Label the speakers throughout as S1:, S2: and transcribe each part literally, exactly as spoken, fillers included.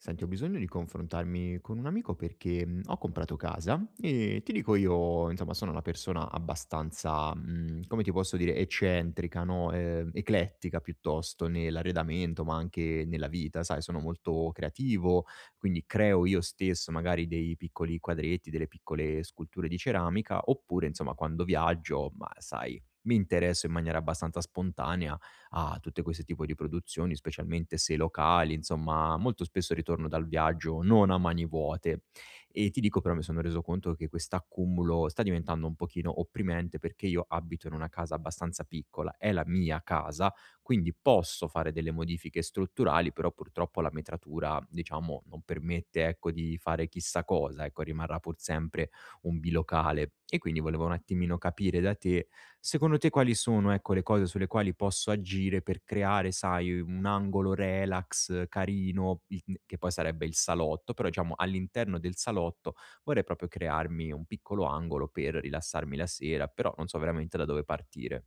S1: Senti, ho bisogno di confrontarmi con un amico perché mh, ho comprato casa e ti dico io, insomma, sono una persona abbastanza, mh, come ti posso dire, eccentrica, no? Eh, eclettica piuttosto nell'arredamento, ma anche nella vita, sai, sono molto creativo, quindi creo io stesso magari dei piccoli quadretti, delle piccole sculture di ceramica, oppure, insomma, quando viaggio, ma sai, mi interesso in maniera abbastanza spontanea a tutte queste tipo di produzioni, specialmente se locali, insomma, molto spesso ritorno dal viaggio non a mani vuote. E ti dico però mi sono reso conto che quest'accumulo sta diventando un pochino opprimente perché io abito in una casa abbastanza piccola, è la mia casa, quindi posso fare delle modifiche strutturali, però purtroppo la metratura, diciamo, non permette, ecco, di fare chissà cosa, ecco, rimarrà pur sempre un bilocale. E quindi volevo un attimino capire da te. Secondo te quali sono, ecco, le cose sulle quali posso agire per creare, sai, un angolo relax carino, il n che poi sarebbe il salotto, però diciamo all'interno del salotto vorrei proprio crearmi un piccolo angolo per rilassarmi la sera, però non so veramente da dove partire.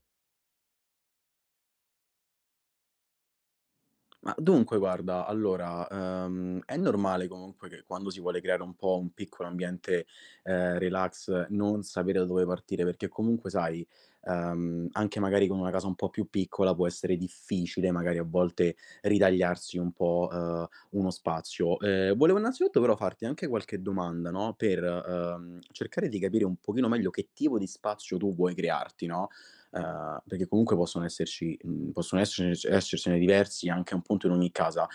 S2: Ma dunque guarda, allora, ehm, è normale comunque che quando si vuole creare un po' un piccolo ambiente, ehm, relax, non sapere da dove partire, perché comunque sai, ehm, anche magari con una casa un po' più piccola può essere difficile magari a volte ritagliarsi un po', ehm, uno spazio. Ehm, volevo innanzitutto però farti anche qualche domanda, no, per, ehm, cercare di capire un pochino meglio che tipo di spazio tu vuoi crearti, no, ehm, perché comunque possono esserci mhmm, possono esserc essercene diversi anche un punto in ogni casa.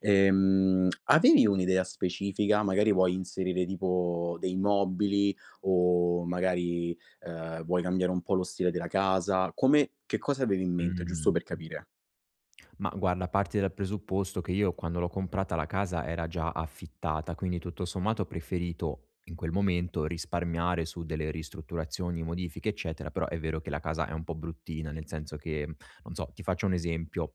S2: Ehm, avevi un'idea specifica? Magari vuoi inserire tipo dei mobili o magari, ehm, vuoi cambiare un po' lo stile della casa? Come, che cosa avevi in mente, giusto
S1: Mh.
S2: per capire?
S1: Ma guarda, parti dal presupposto che io quando l'ho comprata la casa era già affittata, quindi tutto sommato ho preferito in quel momento risparmiare su delle ristrutturazioni, modifiche, eccetera, però è vero che la casa è un po' bruttina, nel senso che, non so, ti faccio un esempio.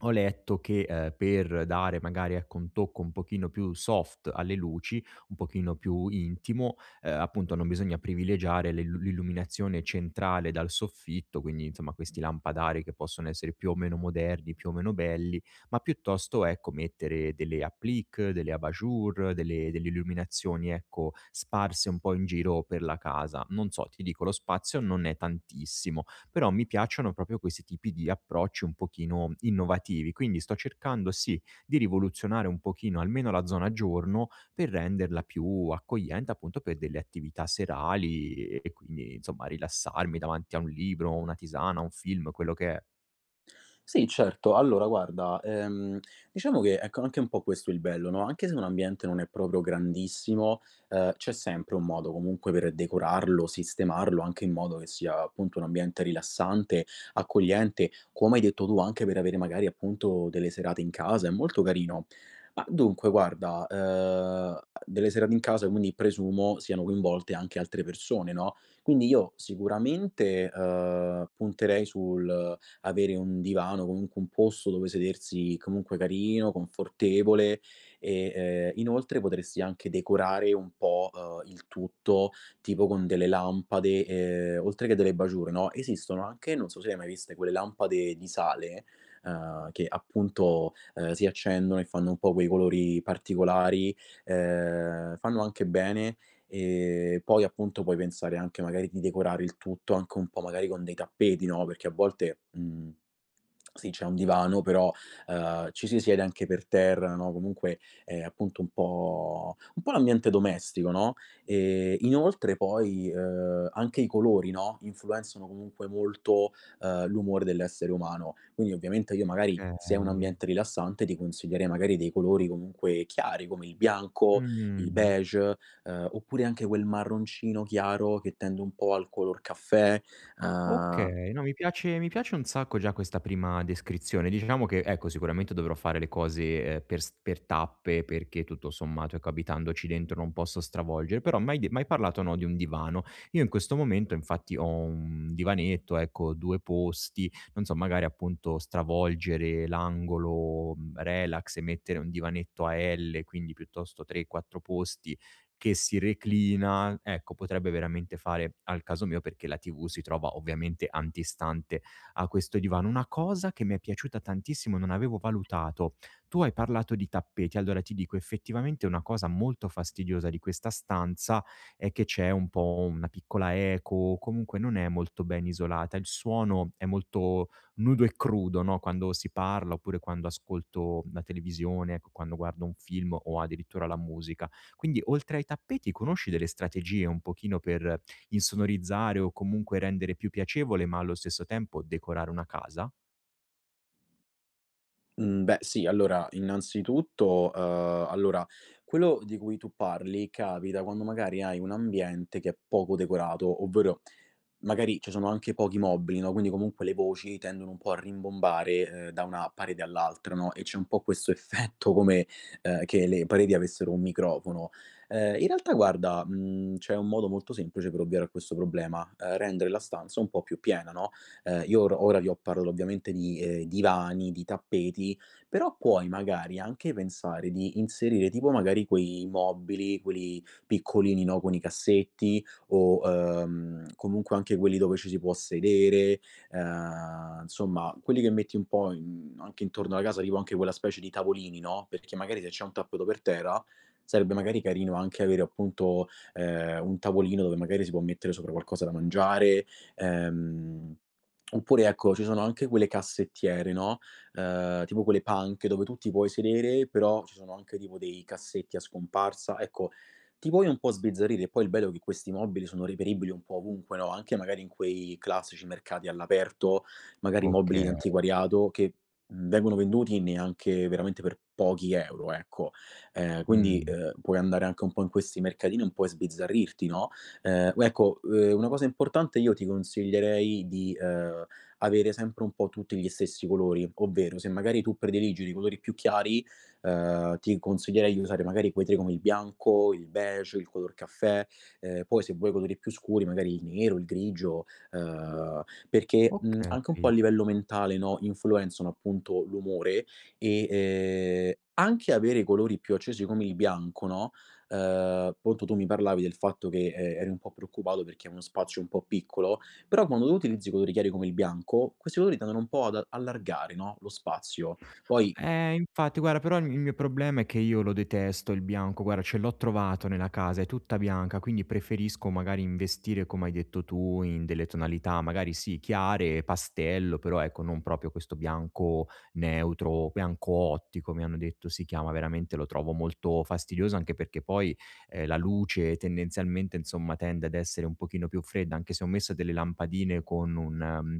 S1: Ho letto che, ehm, per dare magari, ecco, un tocco un pochino più soft alle luci, un pochino più intimo, ehm, appunto non bisogna privilegiare le lu l'illuminazione centrale dal soffitto, quindi insomma questi lampadari che possono essere più o meno moderni, più o meno belli, ma piuttosto, ecco, mettere delle applique, delle abajur, delle delle illuminazioni, ecco, sparse un po' in giro per la casa. Non so, ti dico, lo spazio non è tantissimo, però mi piacciono proprio questi tipi di approcci un pochino innovativi, quindi sto cercando sì di rivoluzionare un pochino almeno la zona giorno per renderla più accogliente appunto per delle attività serali e quindi insomma rilassarmi davanti a un libro, una tisana, un film, quello che è.
S2: Sì, certo. Allora guarda, ehm, diciamo che ecco anche un po' questo è il bello, no, anche se un ambiente non è proprio grandissimo, ehm, c'è sempre un modo comunque per decorarlo, sistemarlo, anche in modo che sia appunto un ambiente rilassante, accogliente, come hai detto tu, anche per avere magari appunto delle serate in casa, è molto carino. Ma dunque guarda, ehm, delle serate in casa quindi presumo siano coinvolte anche altre persone, no, quindi io sicuramente, ehm, punterei sul avere un divano, comunque un posto dove sedersi comunque carino, confortevole e, ehm, inoltre potresti anche decorare un po', uhm, il tutto tipo con delle lampade, ehm, oltre che delle bajure, no, esistono anche, non so se le hai mai viste, quelle lampade di sale, uhm, che appunto, ehm, si accendono e fanno un po' quei colori particolari, ehm, fanno anche bene e poi appunto puoi pensare anche magari di decorare il tutto anche un po' magari con dei tappeti, no, perché a volte, mhmm, sì c'è un divano, però, ehm, ci si siede anche per terra, no, comunque è appunto un po' un po' l'ambiente domestico, no, ehm, inoltre poi, ehm, anche i colori, no, influenzano comunque molto, ehm, l'umore dell'essere umano. Quindi ovviamente io magari,
S1: Okay.
S2: se è un ambiente rilassante, ti consiglierei magari dei colori comunque chiari, come il bianco, il
S1: Mh.
S2: beige. Ehm, oppure anche quel marroncino chiaro che tende un po' al color caffè. Ah.
S1: Okay, no mi piace mi piace un sacco già questa prima descrizione. Diciamo che, ecco, sicuramente dovrò fare le cose, ehm, per s per tappe perché tutto sommato, ecco, abitandoci dentro non posso stravolgere, però m'hai de m'hai parlato, no, di un divano. Io in questo momento infatti ho un divanetto, ecco, due posti, non so, magari appunto stravolgere l'angolo, mhmm, relax e mettere un divanetto a L, quindi piuttosto tre, quattro posti, che si reclina, ecco potrebbe veramente fare al caso mio, perché la T V si trova ovviamente antistante a questo divano. Una cosa che mi è piaciuta tantissimo, non avevo valutato, tu hai parlato di tappeti, allora ti dico effettivamente una cosa molto fastidiosa di questa stanza è che c'è un po' una piccola eco, comunque non è molto ben isolata, il suono è molto nudo e crudo, no, quando si parla oppure quando ascolto la televisione, ecco, quando guardo un film o addirittura la musica. Quindi oltre ai tappeti conosci delle strategie un pochino per insonorizzare o comunque rendere più piacevole, ma allo stesso tempo decorare una casa?
S2: Ehm, mhmm, Beh sì, allora innanzitutto, ehm, allora quello di cui tu parli capita quando magari hai un ambiente che è poco decorato, ovvero magari ci sono anche pochi mobili, no, quindi comunque le voci tendono un po' a rimbombare, ehm, da una parete all'altra, no, e c'è un po' questo effetto come, ehm, che le pareti avessero un microfono. Ehm, in realtà guarda, mhmm, c'è un modo molto semplice per ovviare a questo problema: ehm, rendere la stanza un po' più piena, no. Ehm, io or ora vi ho parlato ovviamente di, ehm, divani, di tappeti, però puoi magari anche pensare di inserire tipo magari quei mobili, quelli piccolini, no, con i cassetti o, ehm, comunque anche quelli dove ci si può sedere, ehm, insomma quelli che metti un po' in anche intorno alla casa, tipo anche quella specie di tavolini, no, perché magari se c'è un tappeto per terra, sarebbe magari carino anche avere appunto, ehm, un tavolino dove magari si può mettere sopra qualcosa da mangiare, ehm, oppure ecco, ci sono anche quelle cassettiere, no, ehm, tipo quelle panche dove tu ti puoi sedere, però ci sono anche tipo dei cassetti a scomparsa. Ecco, ti puoi un po' sbizzarrire, poi il bello è che questi mobili sono reperibili un po' ovunque, no, anche magari in quei classici mercati all'aperto, magari mobili
S1: Oka.
S2: di antiquariato che, mhmm, vengono venduti neanche veramente per pochi euro, ecco. Ehm, quindi,
S1: Mh.
S2: ehm, puoi andare anche un po' in questi mercatini un po' e sbizzarrirti, no, ehm, ecco, ehm, una cosa importante io ti consiglierei di, ehm, avere sempre un po' tutti gli stessi colori, ovvero se magari tu prediligi dei colori più chiari, Ehm, ti consiglierei di usare magari quetri come il bianco, il beige, il color caffè, ehm, poi se vuoi colori più scuri magari il nero, il grigio, ehm, perché, mhmm, anche un po' a
S1: Okay.
S2: livello mentale, no, influenzano appunto l'umore e, ehm, anche avere i colori più accesi come il bianco, no, ehm, appunto tu mi parlavi del fatto che, ehm, eri un po' preoccupato perché è uno spazio un po' piccolo, però quando tu utilizzi colori chiari come il bianco, questi colori tendono un po' ad allargare, no, lo spazio. Poi
S1: Eh, infatti guarda però il m il mio problema è che io lo detesto il bianco, guarda ce l'ho trovato nella casa, è tutta bianca, quindi preferisco magari investire, come hai detto tu, in delle tonalità magari sì chiare, pastello, però ecco non proprio questo bianco neutro, bianco ottico mi hanno detto si chiama, veramente lo trovo molto fastidioso, anche perché poi, ehm, la luce tendenzialmente, insomma, tende ad essere un pochino più fredda, anche se ho messo delle lampadine con un ehm,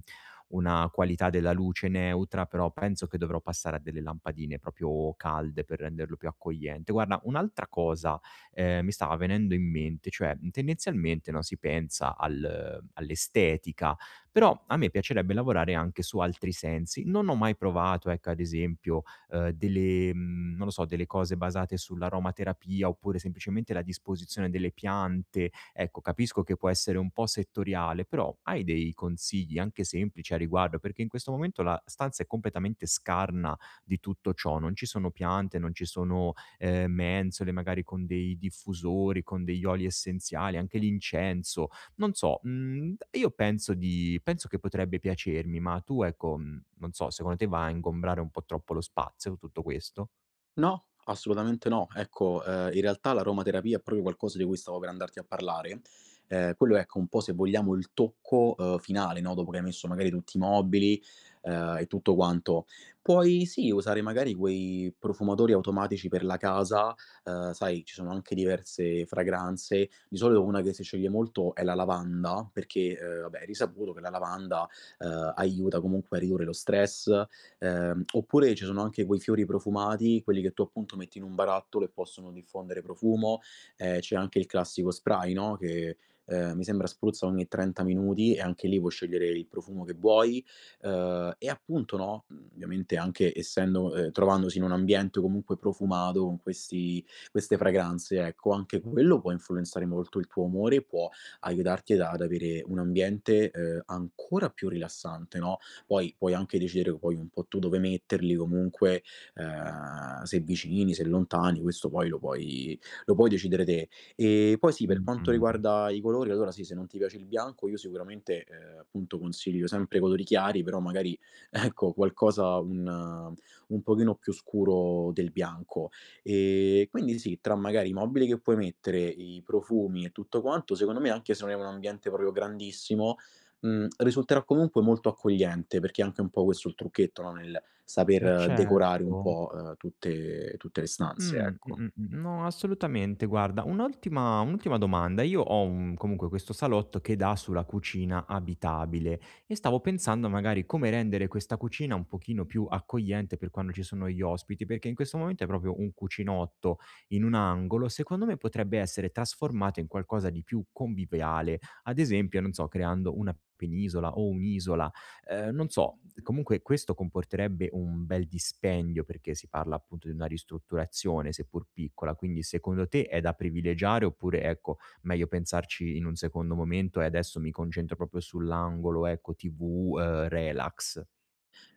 S1: una qualità della luce neutra, però penso che dovrò passare a delle lampadine proprio calde per renderlo più accogliente. Guarda, un'altra cosa, ehm, mi stava venendo in mente, cioè, mhmm, tendenzialmente, no, si pensa al all'estetica, però a me piacerebbe lavorare anche su altri sensi. Non ho mai provato, ecco, ad esempio, ehm, delle mhmm, non lo so, delle cose basate sull'aromaterapia, oppure semplicemente la disposizione delle piante. Ecco, capisco che può essere un po' settoriale, però hai dei consigli anche semplici a riguardo? Perché in questo momento la stanza è completamente scarna di tutto ciò, non ci sono piante, non ci sono, ehm, mensole magari con dei diffusori, con degli oli essenziali, anche l'incenso. Non so, mhmm, io penso di penso che potrebbe piacermi, ma tu ecco, mhmm, non so, secondo te va a ingombrare un po' troppo lo spazio tutto questo?
S2: no, assolutamente no. Ecco, ehm, in realtà l'aromaterapia è proprio qualcosa di cui stavo per andarti a parlare. Ehm, quello è, ecco, un po' se vogliamo il tocco, uhm, finale, no, dopo che hai messo magari tutti i mobili, ehm, e tutto quanto. Puoi sì usare magari quei profumatori automatici per la casa, ehm, sai ci sono anche diverse fragranze. Di solito una che si sceglie molto è la lavanda, perché, ehm, vabbè è risaputo che la lavanda, ehm, aiuta comunque a ridurre lo stress. Ehm, oppure ci sono anche quei fiori profumati, quelli che tu appunto metti in un barattolo e possono diffondere profumo. Ehm, c'è anche il classico spray, no, che, ehm, mi sembra spruzza ogni trenta minuti, e anche lì puoi scegliere il profumo che vuoi. Ehm, e appunto, no, mhmm, ovviamente anche essendo ehm, trovandosi in un ambiente comunque profumato con questi queste fragranze, ecco, anche quello può influenzare molto il tuo umore, può aiutarti ad ad avere un ambiente, ehm, ancora più rilassante, no? Poi puoi anche decidere poi un po' tu dove metterli, comunque, ehm, se vicini, se lontani, questo poi lo puoi lo puoi decidere te. E poi sì, per quanto
S1: Mh-mh.
S2: riguarda i colori, allora sì, se non ti piace il bianco io sicuramente, ehm, appunto consiglio sempre colori chiari, però magari ecco qualcosa un eh, un pochino più scuro del bianco. Ehm, quindi sì, tra magari i mobili che puoi mettere, i profumi e tutto quanto, secondo me anche se non è un ambiente proprio grandissimo, mhmm, risulterà comunque molto accogliente, perché è anche un po' questo il trucchetto, no, nel saper
S1: Eh
S2: eh, decorare un
S1: certo.
S2: po', uhm, tutte tutte le stanze,
S1: Mh,
S2: ecco.
S1: mh-mh, mh. No, assolutamente. Guarda, un'ultima un'ultima domanda. Io ho un comunque questo salotto che dà sulla cucina abitabile e stavo pensando magari come rendere questa cucina un pochino più accogliente per quando ci sono gli ospiti, perché in questo momento è proprio un cucinotto in un angolo, secondo me potrebbe essere trasformato in qualcosa di più conviviale, ad esempio, non so, creando una penisola o un'isola. Ehm, non so, comunque questo comporterebbe un bel dispendio, perché si parla appunto di una ristrutturazione, seppur piccola, quindi secondo te è da privilegiare oppure, ecco, meglio pensarci in un secondo momento e adesso mi concentro proprio sull'angolo, ecco, T V, ehm, relax?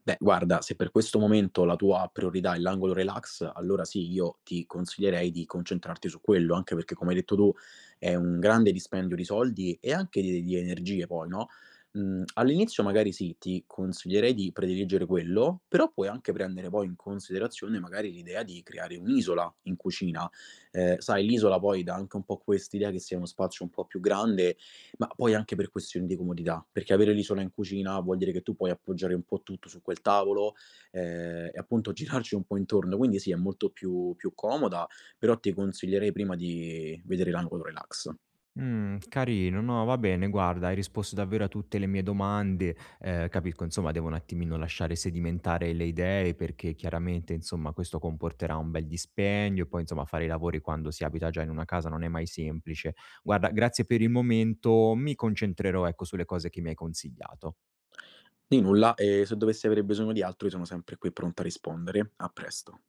S2: Beh, guarda, se per questo momento la tua priorità è l'angolo relax, allora sì, io ti consiglierei di concentrarti su quello, anche perché, come hai detto tu, è un grande dispendio di soldi e anche di, di energie poi, no? Mm, all'inizio magari sì, ti consiglierei di prediligere quello, però puoi anche prendere poi in considerazione magari l'idea di creare un'isola in cucina. Eh, sai, l'isola poi dà anche un po' quest'idea che sia uno spazio un po' più grande, ma poi anche per questioni di comodità, perché avere l'isola in cucina vuol dire che tu puoi appoggiare un po' tutto su quel tavolo, ehm, e appunto girarci un po' intorno. Quindi sì, è molto più più comoda, però ti consiglierei prima di vedere l'angolo relax.
S1: Mh, carino. No, va bene, guarda, hai risposto davvero a tutte le mie domande. Ehm, capisco, insomma, devo un attimino lasciare sedimentare le idee perché chiaramente, insomma, questo comporterà un bel dispendio e poi, insomma, fare i lavori quando si abita già in una casa non è mai semplice. Guarda, grazie per il momento, mi concentrerò, ecco, sulle cose che mi hai consigliato.
S2: Di nulla, e se dovessi avere bisogno di altro io sono sempre qui pronto a rispondere. A presto.